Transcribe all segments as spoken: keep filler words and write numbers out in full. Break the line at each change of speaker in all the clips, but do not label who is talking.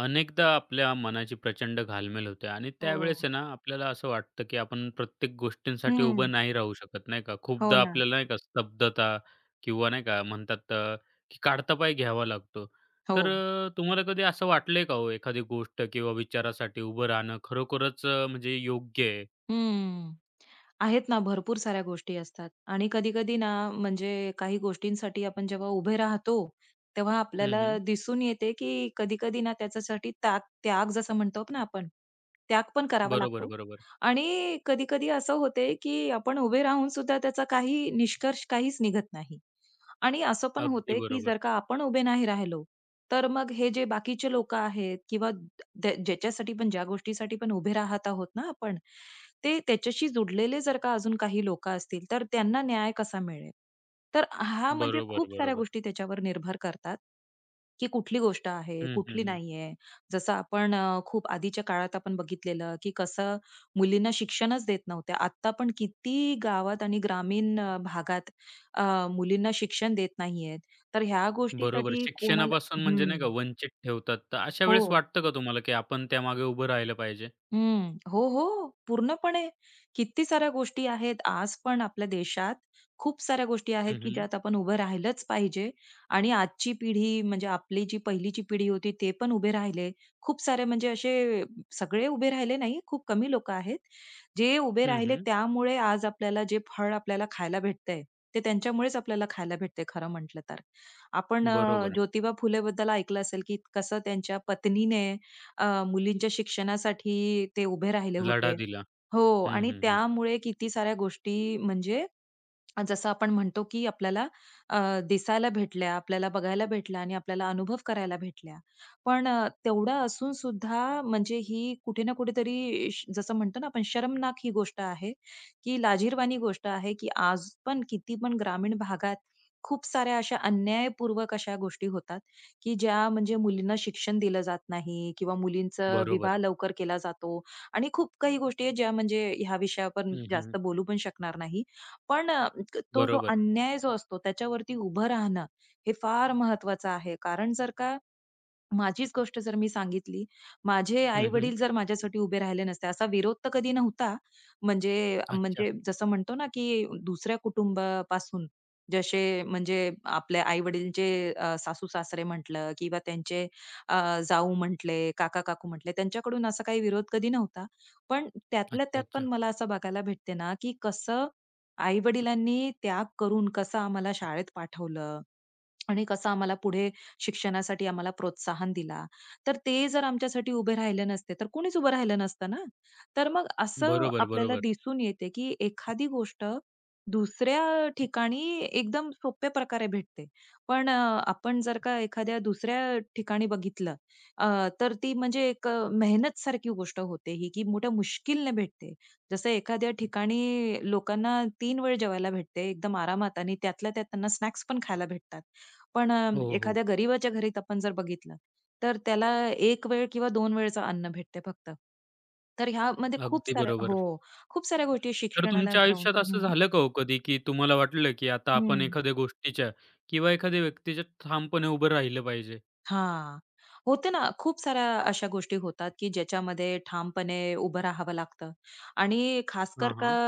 अनेकदा आपल्या मनाची प्रचंड घालमेल होते आणि
हो.
त्यावेळेस आहे ना आपल्याला असं वाटतं की आपण प्रत्येक गोष्टींसाठी
हं.
उभं नाही राहू शकत नाही का
हो
खूपदा
ना.
आपल्याला नाही का स्तब्धता किंवा नाही का म्हणतात अ, की काढता पाय घ्यावा लागतो.
हो.
तर अ, तुम्हाला कधी असं वाटलंय का हो एखादी गोष्ट किंवा विचारासाठी उभं राहणं खरोखरच अ, म्हणजे योग्य आहे?
हं. आहेत ना, भरपूर साऱ्या गोष्टी असतात आणि कधी-कधी ना, म्हणजे काही गोष्टींसाठी आपण जेव्हा उभे राहतो, तेव्हा
हम्म
आपल्याला
हम्म.
दिसून येते, की कधी-कधी ना त्याच्यासाठी त्याग त्याग जसं म्हणतो ना आपण, त्याग पण करावा
बरोबर
लागतो
बरोबर
आणि कधी-कधी असं होते, की आपण उभे राहून सुद्धा त्याचा काही निष्कर्ष काहीच निघत नाही आणि असं पण
अगदी
होते, की
बरोबर.
जर का आपण उभे नाही राहिलो, तर मग हे जे बाकीचे लोकं आहेत किंवा ज्या ज्याच्यासाठी पण, ज्या गोष्टीसाठी पण उभे राहत आहोत ना आपण, ते त्याच्याशी जुडलेले जर का अजून काही लोकं असतील, तर त्यांना न्याय कसा मिळेल? तर हा म्हणजे
बरोबर
खूप साऱ्या
बरोबर
गोष्टी त्याच्यावर निर्भर करतात, की कुठली गोष्ट आहे,
हम्म हम्म
कुठली
हम्म.
नाहीये. जसं आपण अ, खूप आधीच्या काळात आपण बघितलेलं, की कसं मुलींना शिक्षणच देत नव्हते. आत्ता पण किती गावात आणि ग्रामीण अ, भागात अ, मुलींना शिक्षण देत नाहीयेत. तर ह्या
बरोबर.
गोष्टीसाठी कोणाला
शिक्षणापासून म्हणजे
हं.
नाही का वंचित ठेवतात. तर अशा
हो.
वेळेस वाटतं का तुम्हाला, की आपण त्यामागे उभं राहिलं पाहिजे?
हं. हो, हो. पूर्णपणे. किती साऱ्या गोष्टी आहेत. आज पण आपल्या देशात खूप साऱ्या गोष्टी आहेत,
हं,
की
हं.
ज्यात आपण उभं राहिलंच पाहिजे आणि आजची पिढी म्हणजे आपली जी पहिलीची पिढी होती ते पण उभे राहिले. खूप सारे म्हणजे असे सगळे उभे राहिले नाही, खूप कमी लोकं आहेत. जे उभे
हं,
राहिले
हं.
त्यामुळे आज आपल्याला जे फळ आपल्याला खायला भेटतंय, ते त्यांच्यामुळेच आपल्याला खायला भेटतंय खरं म्हटलं तर. आपण अ,
बरोबर.
ज्योतिबा फुलेबद्दल ऐकलं असेल, की कसं त्यांच्या पत्नीने अ, मुलींच्या शिक्षणासाठी ते उभे राहिले
लढा
होते.
दिला.
हो
हं,
आणि
हं, हं.
त्यामुळे किती साऱ्या गोष्टी म्हणजे आणि जसं आपण म्हणतो की आपल्याला अ, दिसायला भेटल्या, आपल्याला बघायला भेटल्या आणि आपल्याला अनुभव करायला भेटल्या. पण अ, तेवढं असून सुद्धा म्हणजे ही कुठे ना कुठेतरी श जसं म्हणतो ना आपण शरमनाक ही गोष्ट आहे, की लाजिरवाणी गोष्ट आहे, की आज पण किती पण ग्रामीण भागात खूप साऱ्या अशा अन्यायपूर्वक अशा गोष्टी होतात, की ज्या म्हणजे मुलींना शिक्षण दिलं जात नाही किंवा मुलींचा विवाह
बरोबर.
लवकर केला जातो आणि खूप काही गोष्टी आहेत ज्या म्हणजे ह्या विषयावर
हं, हं.
जास्त बोलू पण शकणार नाही. पण अ, क- तो जो
बरोबर.
अन्याय जो असतो त्याच्यावरती उभं राहणं हे फार महत्वाचं आहे. कारण जर का माझीच गोष्ट जर मी सांगितली, माझे
हं, हं.
आई-वडील जर माझ्यासाठी उभे राहिले नसते, असा विरोध तर कधी नव्हता. म्हणजे
अच्छा.
म्हणजे जसं म्हणतो ना, की दुसऱ्या कुटुंबापासून जसे म्हणजे आपल्या आई-वडीलचे अ, सासू-सासरे म्हटलं किंवा त्यांचे अ, जाऊ म्हटले, काका-काकू म्हटले, त्यांच्याकडून असा काही विरोध कधी नव्हता. पण त्यातल्या
अच्छा,
त्यात पण
अच्छा.
मला असं बघायला भेटते ना, की कसं आई-वडिलांनी त्याग करून कसं आम्हाला शाळेत पाठवलं आणि कसं आम्हाला पुढे शिक्षणासाठी आम्हाला प्रोत्साहन दिला. तर ते जर आमच्यासाठी उभे राहिले नसते, तर कोणीच उभं राहिलं नसतं ना. तर मग असं
बरोबर,
आपल्याला
बरोबर.
दिसून येते, की एखादी गोष्ट दुसऱ्या ठिकाणी एकदम सोप्या प्रकारे भेटते. पण अ, आपण जर का एखाद्या दुसऱ्या ठिकाणी बघितलं अ, तर ती म्हणजे एक अ, मेहनतसारखी गोष्ट होते ही, की मोठ्या मुश्किलने भेटते. जसं एखाद्या ठिकाणी लोकांना तीन वेळ जेवायला भेटते एकदम आरामात आणि त्यातल्या त्यात त्यांना स्नॅक्स पण खायला भेटतात. पण अ,
हो, हो, हो.
एखाद्या गरिबाच्या घरीत आपण जर बघितलं, तर त्याला एक वेळ किंवा दोन वेळचं अन्न भेटते फक्त. तर ह्यामध्ये खूप
अगदी
साऱ्या
बरोबर.
हो, खूप साऱ्या गोष्टी
तर
शिक्षणाला
तुमच्या
घेऊन
आयुष्यात असं
हं,
झालं का हो कधी, की तुम्हाला वाटलं, की आता आपण
हं.
एखाद्या गोष्टीच्या किंवा एखाद्या व्यक्तीच्या ठामपणे उभं राहिलं पाहिजे?
हां. होते ना, खूप साऱ्या अशा गोष्टी होतात, की ज्याच्यामध्ये ठामपणे उभं राहावं लागतं आणि खासकर
हां,
का
हां.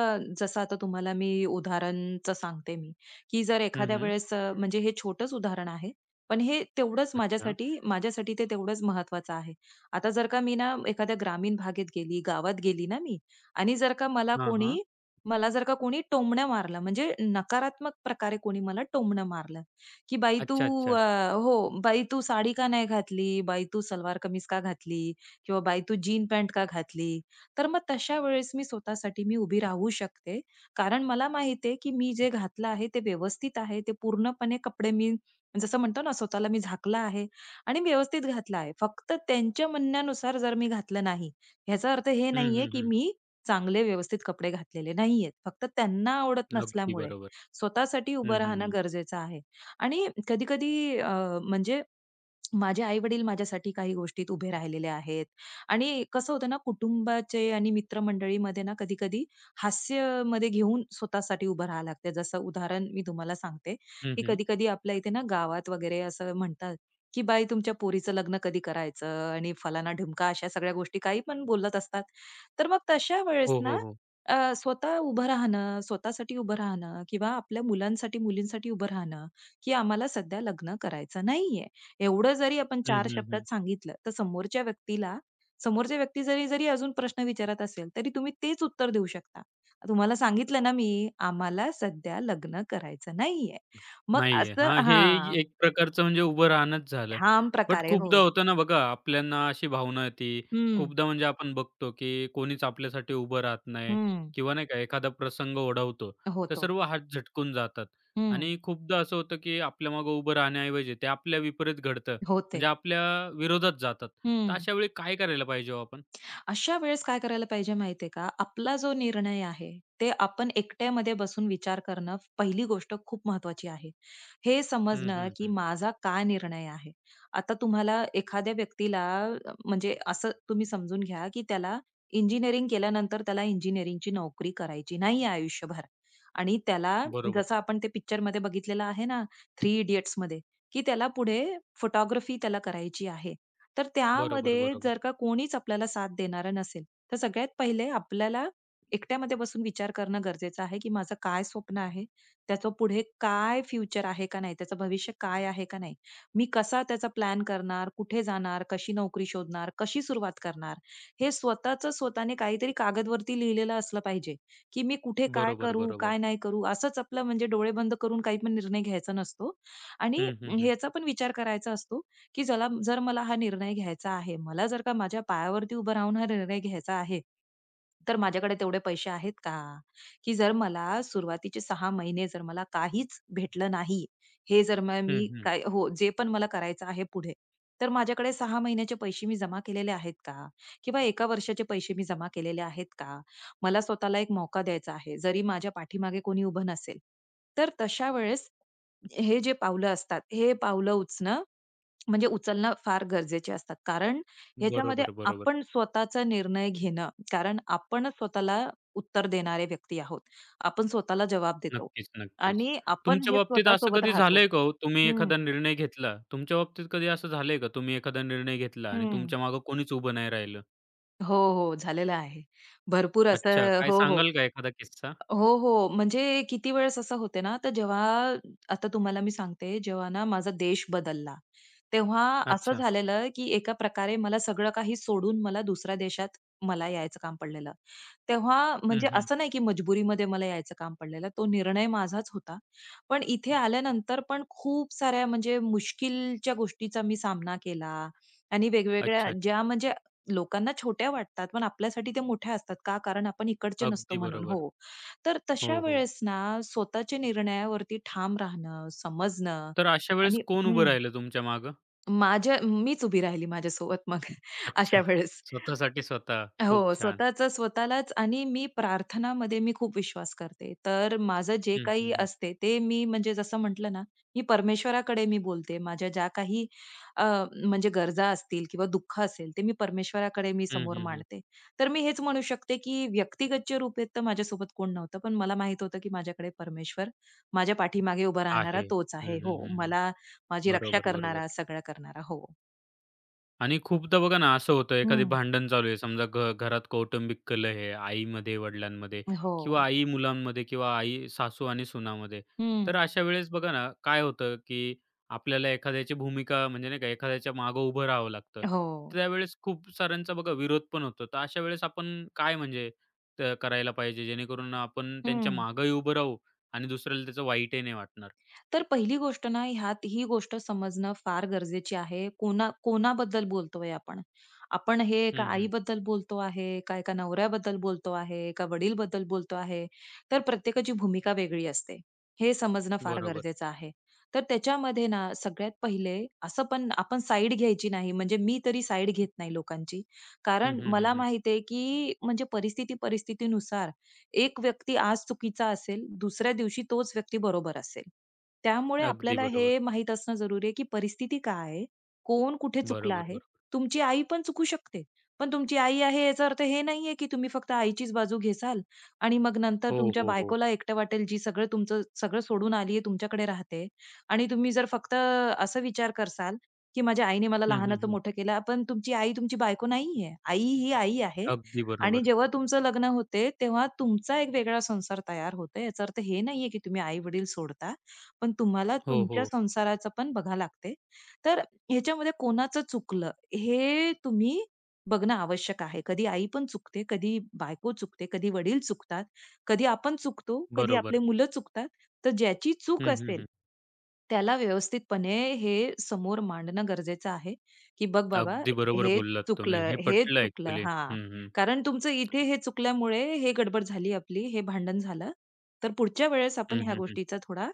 जसं आता तुम्हाला मी उदाहरणचं सांगते मी, की जर
हं,
एखाद्या
हं.
वेळेस अ, म्हणजे हे छोटंच उदाहरण आहे, पण हे तेवढंच
अच्छा.
माझ्यासाठी माझ्यासाठी ते तेवढंच महत्त्वाचं आहे. आता जर का मी ना एखाद्या ग्रामीण भागेत गेली, गावात गेली ना मी आणि जर का मला
हां, हां.
कोणी मला जर का कोणी टोमणं मारलं म्हणजे नकारात्मक प्रकारे कोणी मला टोमणं मारलं, की "बाई तू
अच्छा, अच्छा.
अ, हो, बाई तू साडी का नाही घातली? बाई तू सलवार कमीज का घातली? किंवा बाई तू जीन पॅन्ट का घातली?" तर मग तशा वेळेस मी स्वतःसाठी मी उभी राहू शकते. कारण मला माहिती आहे, की मी जे घातलं आहे ते व्यवस्थित आहे. ते पूर्णपणे कपडे मी जसं म्हणतो ना स्वतःला मी झाकलं आहे आणि मी व्यवस्थित घातलं आहे. फक्त त्यांच्या म्हणण्यानुसार जर मी घातलं नाही, ह्याचा अर्थ हे
हं,
नाहीये,
हं,
की
हं.
मी चांगले व्यवस्थित कपडे घातलेले नाहीयेत. फक्त त्यांना आवडत
अगदी
नसल्यामुळे
बरोबर.
स्वतःसाठी उभं
हं, हं,
राहणं
हं.
गरजेचं आहे. आणि कधी-कधी अ, म्हणजे माझे आई-वडील माझ्यासाठी काही गोष्टीत उभे राहिलेले आहेत आणि कसं होतं ना, कुटुंबाचे आणि मित्रमंडळीमध्ये ना कधी-कधी हास्यामध्ये घेऊन स्वतःसाठी उभं राहावं लागतं. जसं उदाहरण मी तुम्हाला सांगते,
हं,
की
हं.
कधी-कधी आपल्या इथे ना गावात वगैरे असं म्हणतात, की "बाई तुमच्या पोरीचं लग्न कधी करायचं?" आणि फलाना-ढिमका अशा सगळ्या गोष्टी काही पण बोलत असतात. तर मग तशा वेळेस
हो,
ना
हो, हो.
अ, स्वतः उभं राहणं, स्वतःसाठी उभं राहणं किंवा आपल्या मुलांसाठी, मुलींसाठी उभं राहणं, की आम्हाला सध्या लग्न करायचं नाहीये. एवढं जरी आपण
हं,
चार
हं, हं.
शब्दात सांगितलं, तर समोरच्या व्यक्तीला समोरच्या व्यक्ती जरी जरी अजून प्रश्न विचारत असेल, तरी तुम्ही तेच उत्तर देऊ शकता. तुम्हाला सांगितलं ना मी, "आम्हाला सध्या लग्न करायचं नाहीये." मग
नाहीये.
असं
हां, हे
हां,
एक प्रकारचं म्हणजे उभं राहणंच झालं.
ठाम
बट
प्रकारे हो.
खूपदा होतं ना बघा, आपल्यांना अशी भावना येते.
हं,
खूपदा म्हणजे आपण बघतो, की कोणीच आपल्यासाठी उभं राहत नाही
हं.
किंवा नाही का एखादा प्रसंग ओढवतो, तर
होतो.
सर्व हात झटकून जातात
हं,
आणि खूपदा असं होतं, की आपल्यामागे उभं राहण्याऐवजी ते आपल्या विपरीत घडतं. म्हणजे
होते.
आपल्या विरोधात जातात. तर
हं.
अशा वेळी काय करायला पाहिजे हो आपण?
अशा वेळेस काय करायला पाहिजे माहितीये का? आपला जो निर्णय आहे, ते आपण एकट्यामध्ये बसून विचार करणं पहिली गोष्ट खूप महत्वाची आहे. हे
हं,
समजणं,
हं,
की
हं.
माझा काय निर्णय आहे. आता तुम्हाला एखाद्या व्यक्तीला अ, म्हणजे असं तुम्ही समजून घ्या, की त्याला इंजिनिअरिंग केल्यानंतर त्याला इंजिनिअरिंगची नोकरी करायची नाहीये आयुष्यभर आणि त्याला
बरोबर.
जसं आपण ते पिक्चरमध्ये बघितलेलं आहे ना, थ्री इडियट्समध्ये, की त्याला पुढे फोटोग्राफी त्याला करायची आहे. तर
बरोबर,
त्यामध्ये
बरोबर.
जर का कोणीच आपल्याला साथ देणारं नसेल, तर सगळ्यात पहिले आपल्याला एकट्यामध्ये बसून विचार करणं गरजेचं आहे, की माझं काय स्वप्न आहे? त्याचं पुढे काय फ्युचर आहे का नाही? त्याचं भविष्य काय आहे का नाही? मी कसा त्याचा प्लॅन करणार? कुठे जाणार? कशी नोकरी शोधणार? कशी सुरुवात करणार? हे स्वतःचं स्वतःने काहीतरी कागदवरती लिहिलेलं असलं पाहिजे, की मी कुठे काय
बरोबर,
करू?
बरोबर.
काय नाही करू? असंच आपलं म्हणजे डोळे बंद करून काही पण निर्णय घ्यायचा नसतो आणि
हं, हं, हं.
ह्याचा पण विचार करायचा असतो, की चला जर मला हा निर्णय घ्यायचा आहे, मला जर का माझ्या पायावरती उभं राहून हा निर्णय घ्यायचा आहे, तर माझ्याकडे तेवढे पैसे आहेत का? की जर मला सुरुवातीचे सहा महिने जर मला काहीच भेटलं नाही, हे जर मग
हं,
मी
हं.
काय हो, जे पण मला करायचं आहे पुढे, तर माझ्याकडे सहा महिन्याचे पैसे मी जमा केलेले आहेत का? किंवा एक वर्षाचे पैसे मी जमा केलेले आहेत का? मला स्वतःला एक मौका द्यायचा आहे, जरी माझ्या पाठीमागे कोणी उभं नसेल. तर तशा वेळेस हे जे पावलं असतात, हे पावलं उचणं म्हणजे उचलणं फार गरजेचे असतात. कारण ह्याच्यामध्ये
बरोबर, बरोबर.
आपण स्वतःचा निर्णय घेणं, कारण आपणच स्वतःला उत्तर देणारे व्यक्ती आहोत. आपण स्वतःला जबाब देतो
नक्कीच, नक्कीच.
आणि आपण
तुमच्या
हे
बाबतीत असं
स्वतःसोबत
कधी
राहतो.
झालंय का हो, तुम्ही
हं,
एखादा निर्णय घेतला. तुमच्या बाबतीत कधी असं झालंय का, तुम्ही एखादा निर्णय घेतला आणि
हं.
तुमच्या मागे कोणीच उभं नाही राहिलं?
हो, हो. झालेलं आहे. भरपूर
अच्छा,
असं
काय
हो, हो.
सांगाल का एखादा किस्सा?
हो, हो. म्हणजे किती वेळेस असं होते ना, तर जेव्हा आता तुम्हाला मी सांगते, जेव्हा ना माझा देश बदलला, तेव्हा असं
अच्छा.
झालेलं, की एका प्रकारे मला सगळं काही सोडून मला दुसऱ्या देशात मला यायचं काम पडलेलं. तेव्हा
हं,
म्हणजे
हं.
असं नाही, की मजबुरीमध्ये मला यायचं काम पडलेलं. तो निर्णय माझाच होता. पण इथे आल्यानंतर पण खूप साऱ्या म्हणजे मुश्किलच्या गोष्टीचा मी सामना केला आणि
अच्छा,
वेगवेगळ्या
अच्छा.
ज्या म्हणजे लोकांना छोट्या वाटतात, पण आपल्यासाठी त्या मोठ्या असतात. का? कारण आपण इकडचे नसतो
अगदी
म्हणून.
बरोबर.
हो. तर तशा
हो, हो.
वेळेस ना, स्वतःच्या निर्णयावरती ठाम राहणं, समजणं
तर अशा वेळेस
आणि
कोण उभं
हं,
राहिलं तुमच्या मागं?
माझ्या मीच उभी राहिली माझ्यासोबत मग
अच्छा.
अशा वेळेस.
स्वतःसाठी स्वतः. खूप
हो,
छान.
स्वतःचं स्वतःलाच आणि मी प्रार्थनामध्ये मी खूप विश्वास करते. तर माझं जे
हं, हं,
काही
हं.
असते ते मी म्हणजे जसं म्हटलं ना, मी परमेश्वराकडे मी बोलते. माझ्या ज्या काही अ, म्हणजे गरजा असतील किंवा दुःख असेल ते मी परमेश्वराकडे मी
हं,
समोर
हं, हं.
मांडते. तर मी हेच म्हणू शकते, की व्यक्तिगतच्या रूपेत तर माझ्यासोबत कोण नव्हतं. पण मला माहीत होतं, की माझ्याकडे परमेश्वर माझ्या पाठीमागे उभा राहणारा
आहे.
तोच
हं,
आहे.
हं,
हो,
हं, हं.
मला माझी रक्षा
बरोबर, बरोबर.
करणारा, सगळं करणारा. हो.
आणि खूपदा बघा ना, असं होतं एखादे
हं.
भांडण चालू आहे समजा घ घरात कौटुंबिक कलह आहे आईमध्ये, वडिलांमध्ये
हो.
किंवा आई मुलांमध्ये किंवा आई सासू आणि सुनामध्ये.
हं.
तर अशा वेळेस बघा ना, काय होतं, की आपल्याला एखाद्याची भूमिका म्हणजे नाही का एखाद्याच्या मागं उभं राहावं लागतं.
हो.
त्यावेळेस खूप साऱ्यांचा बघा विरोध पण होतो. तर अशा वेळेस आपण काय म्हणजे त करायला पाहिजे जेणेकरून आपण त्यांच्या
हं.
मागंही उभं राहू आणि दुसऱ्याला त्याचं वाईटही नाही वाटणार.
तर पहिली गोष्ट ना ह्यात ही गोष्ट समजणं फार गरजेची आहे. कोणा कोणाबद्दल बोलतोय आपण? आपण हे एका
हं, हं.
आईबद्दल बोलतो आहे, काय का एका नवऱ्याबद्दल बोलतो आहे, का वडीलबद्दल बोलतो आहे. तर प्रत्येकाची भूमिका वेगळी असते. हे समजणं फार
बरोबर.
गरजेचं आहे. तर त्याच्यामध्ये ना सगळ्यात पहिले असं पण आपण साईड घ्यायची नाही. म्हणजे मी तरी साईड घेत नाही लोकांची.
हं,
कारण
हं, हं,
मला
हं.
माहिती आहे, की म्हणजे परिस्थिती परिस्थितीनुसार एक व्यक्ती आज चुकीचा असेल, दुसऱ्या दिवशी तोच व्यक्ती बरोबर असेल. त्यामुळे
अगदी
आपल्याला
बरोबर.
हे माहीत असणं जरुरी आहे, की परिस्थिती काय आहे? कोण कुठे चुकला
बरोबर,
आहे?
बरोबर.
तुमची आई पण चुकू शकते. पण तुमची आई आहे याचा अर्थ हे नाहीये, की तुम्ही फक्त आईचीच बाजू घेसाल आणि मग नंतर
हो,
तुमच्या
हो, हो.
बायकोला एकटं वाटेल, जी सगळं तुमचं सगळं सोडून आली आहे, तुमच्याकडे राहते आणि तुम्ही जर फक्त असा विचार करसाल, की माझ्या आईने मला
हं, हं,
लहानाचं
हं.
मोठं केलं. पण तुमची आई तुमची बायको नाहीये. आई ही आई आहे
अगदी
आणि
बरोबर.
जेव्हा तुमचं लग्न होते, तेव्हा तुमचा एक वेगळा संसार तयार होतो. याचा अर्थ हे नाहीये, की तुम्ही आई-वडील सोडता पण तुम्हाला
हो,
तुमच्या
हो.
संसाराचं पण बघावं लागते. तर ह्याच्यामध्ये कोणाचं चुकलं हे तुम्ही बघणं आवश्यक आहे. कधी आई पण चुकते, कधी बायको चुकते, कधी वडील चुकतात, कधी आपण चुकतो, कधी
बरोबर.
आपले मुलं चुकतात. तर ज्याची चूक
हं, हं,
असेल
हं.
त्याला व्यवस्थितपणे हे समोर मांडणं गरजेचं आहे, की "बघ बाबा,
अगदी बरोबर
हे
बोललात तुम्ही.
चुकलं,
हे
हे
पटलं
चुकलं."
ॲक्चुअली.
हां.
हं, हं.
कारण तुमचं इथे हे चुकल्यामुळे हे गडबड झाली आपली, हे भांडण झालं. तर पुढच्या वेळेस
हं,
आपण ह्या
हं, हं.
गोष्टीचा थोडा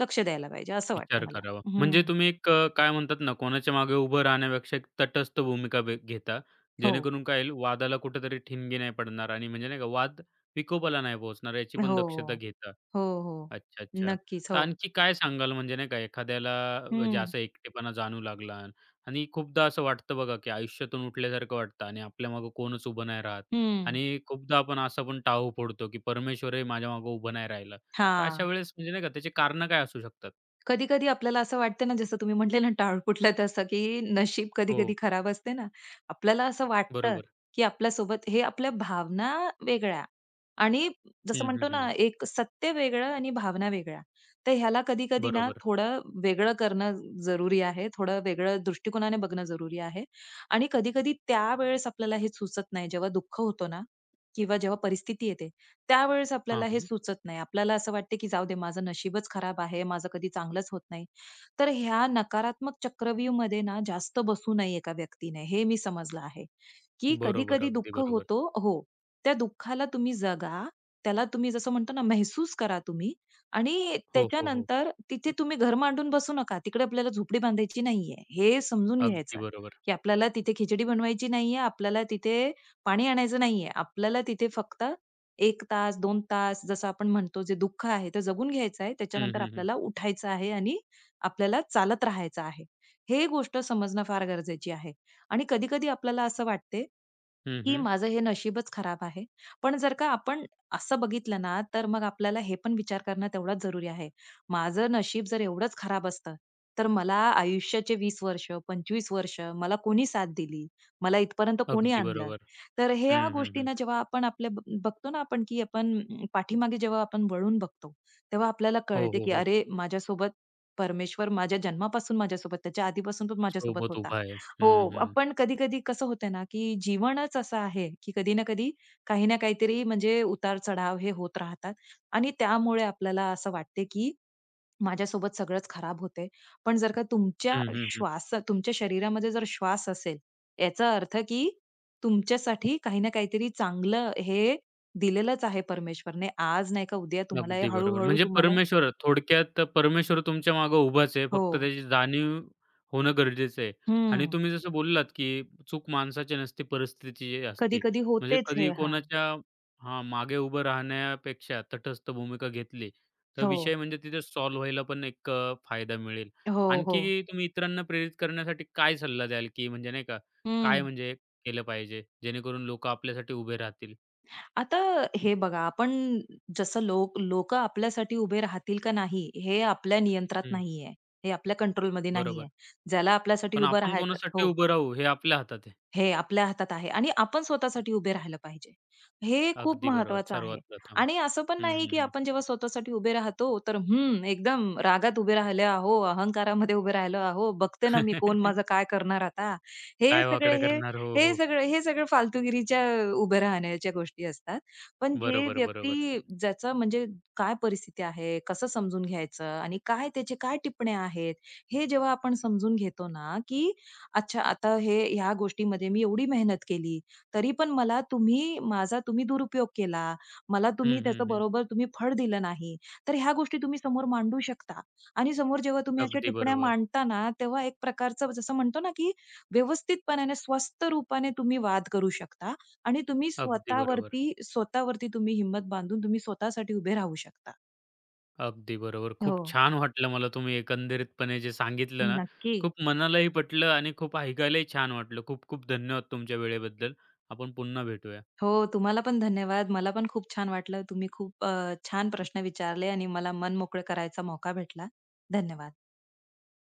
लक्ष द्यायला पाहिजे, असं
विचार
वाटतंय मला.
करावा.
हं.
म्हणजे तुम्ही एक अ, काय म्हणतात ना, कोणाच्या मागे उभं राहण्यापेक्षा एक तटस्थ भूमिका ब घेता.
हो.
जेणेकरून काय होईल, वादाला कुठेतरी ठिणगी नाही पडणार आणि म्हणजे नाही का, वाद विकोपाला नाही पोहोचणार, याची पण
हो.
दक्षता घेता.
हो, हो.
अच्छा, अच्छा.
नक्कीच.
तर
हो.
आणखी काय सांगाल म्हणजे नाही का, एखाद्याला म्हणजे
हं.
असा एकटेपणा जाणवू लागला अन- आणि खूपदा असं वाटतं बघा, की आयुष्यातून उठल्यासारखं वाटतं आणि आपल्या मागे कोणच उभं नाही राहत
हं.
आणि खूपदा आपण असा पण टाहू फोडतो, की परमेश्वरही माझ्या मागे उभं नाही राहिलं. तर अशा
हां.
वेळेस म्हणजे नाही का, त्याची कारणं काय असू शकतात?
कधी-कधी आपल्याला असं वाटतं ना, जसं तुम्ही म्हटले ना, टाळपुटलं तसं, की नशीब
हो.
कधी-कधी खराब असते ना. आपल्याला असं वाटतं,
बरोबर.
की आपल्यासोबत हे आपल्या भावना वेगळ्या आणि जसं
हं, हं,
म्हणतो
हं.
ना, एक सत्य वेगळं आणि भावना वेगळ्या. तर ह्याला कधी-कधी ना
बरोबर.
थोडं वेगळं करणं जरुरी आहे. थोडं वेगळं दृष्टिकोनाने बघणं जरुरी आहे. आणि कधी-कधी त्यावेळेस आपल्याला हे सुचत नाही. जेव्हा दुःख होतं ना किंवा जेव्हा परिस्थिती येते, त्यावेळेस
हां,
आपल्याला हे
हां.
सुचत नाही. आपल्याला असं वाटते, की जाऊ दे माझं नशीबच खराब आहे. माझं कधी चांगलंच होत नाही. तर ह्या नकारात्मक चक्रव्यूहमध्ये ना जास्त बसू नये एका व्यक्तीने, हे मी समजलं आहे, की
बरोबर.
कधी-कधी
अगदी
दुःख
बरोबर.
होतो हो. त्या दुःखाला तुम्ही जगा, त्याला तुम्ही जसं म्हणतो ना महसूस करा तुम्ही आणि
हो, हो, हो.
त्याच्यानंतर तिथे तुम्ही घर मांडून बसू नका. तिकडे आपल्याला झोपडी बांधायची नाहीये, हे समजून
अगदी
घ्यायचं,
बरोबर.
की आपल्याला तिथे खिचडी बनवायची नाहीये, आपल्याला तिथे पाणी आणायचं नाहीये. आपल्याला तिथे फक्त एक तास, दोन तास जसं आपण म्हणतो जे दुःख आहे ते जगून घ्यायचं आहे.
हं,
त्याच्यानंतर
हं, हं.
आपल्याला उठायचं आहे आणि आपल्याला चालत राहायचं आहे. हे गोष्ट समजणं फार गरजेची आहे. आणि कधी-कधी आपल्याला असं वाटते,
हं,
की
हं.
माझं हे नशीबच खराब आहे. पण जर का आपण असं बघितलं ना, तर मग आपल्याला हे पण विचार करणं तेवढाच जरुरी आहे. माझं नशीब जर एवढंच खराब असतं, तर मला आयुष्याचे वीस वर्ष, पंचवीस वर्ष मला कोणी साथ दिली? मला इथपर्यंत कोणी
अगदी
आणलं?
बरोबर.
तर ह्या
हं, हं, हं.
गोष्टींना जेव्हा आपण आपल्या ब बघतो ना आपण, की आपण अं, पाठीमागे जेव्हा आपण वळून बघतो, तेव्हा आपल्याला
हो,
कळते,
हो,
की
हो.
अरे माझ्यासोबत परमेश्वर माझ्या जन्मापासून माझ्यासोबत, त्याच्या आधीपासून पण माझ्यासोबत
सोबत
होता.
उभा आहे. हं,
हो,
हं.
पण कधी-कधी कसं होतं ना, की जीवनच असं आहे, की कधी ना कधी, काही ना काहीतरी म्हणजे उतार-चढाव हे होत राहतात आणि त्यामुळे आपल्याला असं वाटते, की माझ्यासोबत सगळंच खराब होतंय. पण जर का तुमच्या
हं, हं, हं.
श्वास तुमच्या शरीरामध्ये जर श्वास असेल, याचा अर्थ की तुमच्यासाठी काही ना काहीतरी चांगलं हे दिलेलंच आहे परमेश्वरने. आज नाही का उद्या तुम्हाला हे
अगदी बरोबर.
हळू
म्हणजे
तुम्हाला
परमेश्वर थोडक्यात परमेश्वर तुमच्या मागे उभाच आहे.
हो.
फक्त त्याची जाणीव होणं गरजेचं आहे. आणि
हं.
तुम्ही जसं बोललात, की चूक माणसाची नसते, परिस्थितीची असते.
कधी-कधी
म्हणजे
होतेच हे.
कधी
हां.
कोणाच्या हां, मागे उभं राहण्यापेक्षा तटस्थ भूमिका घेतली, तर
हो.
विषय म्हणजे तिथे सॉल्व्ह व्हायला पण एक अ, फायदा मिळेल.
हो, हो.
आणखी तुम्ही इतरांना प्रेरित करण्यासाठी काय सल्ला द्याल, की म्हणजे नाही का, काय
हं.
म्हणजे केलं पाहिजे, जेणेकरून लोकं आपल्यासाठी उभे राहतील?
आता हे बघा, आपण जसं लोक लोकं आपल्यासाठी उभे राहतील का नाही, हे आपल्या नियंत्रणात
हं,
नाहीये. हे आपल्या कंट्रोलमध्ये
बरोबर.
नाहीये. ज्याला आपल्यासाठी
पण
उभं
आपण
राहायचं
कोणासाठी
हो.
उभं राहू हे आपल्या हातात आहे.
हे आपल्या हातात आहे आणि आपण स्वतःसाठी उभे राहिलं पाहिजे. हे खूप
अगदी बरोबर.
महत्वाचं आहे.
सर्वात प्रथम.
आणि असं पण
हं,
नाही, की
हं, हं.
आपण जेव्हा स्वतःसाठी उभे राहतो, तर हं, एकदम रागात उभे राहिले आहो, अहंकारामध्ये उभे राहिलो आहो, बघते ना मी कोण माझं काय करणार आता. हे
काय
सगळे
वाकडं
हे
करणार? हो,
हे
हो.
सगळं हे सगळं फालतूगिरीच्या उभे राहण्याच्या गोष्टी असतात. पण जे
बरोबर, बरोबर.
व्यक्ती ज्याचं म्हणजे काय परिस्थिती आहे, कसं समजून घ्यायचं आणि काय त्याचे काय टिपणे आहेत, हे जेव्हा आपण समजून घेतो ना, की अच्छा, आता हे ह्या गोष्टीमध्ये मी एवढी मेहनत केली, तरी पण मला तुम्ही माझा तुम्ही दुरुपयोग केला. मला तुम्ही
हं, हं,
त्याचं
हं.
बरोबर तुम्ही फळ दिलं नाही. तर ह्या गोष्टी तुम्ही समोर मांडू शकता आणि समोर जेव्हा तुम्ही अशा
अगदी
टिप्पण्या
बरोबर.
मांडता ना, तेव्हा एक प्रकारचं जसं म्हणतो ना, की व्यवस्थितपणाने स्वस्थ रूपाने तुम्ही वाद करू शकता आणि तुम्ही
अगदी बरोबर.
स्वतःवरती स्वतःवरती तुम्ही हिंमत बांधून तुम्ही स्वतःसाठी उभे राहू शकता.
अगदी बरोबर.
हो,
खूप छान वाटलं मला तुम्ही एकंदरीतपणे जे सांगितलं ना,
नक्की.
खूप मनालाही पटलं आणि खूप ऐकायलाही छान वाटलं. खूप खूप धन्यवाद तुमच्या वेळेबद्दल. आपण पुन्हा भेटूया.
हो, तुम्हाला पण धन्यवाद. मला पण खूप छान वाटलं. तुम्ही खूप अ, छान प्रश्न विचारले आणि मला मन मोकळं करायचा मौका भेटला. धन्यवाद.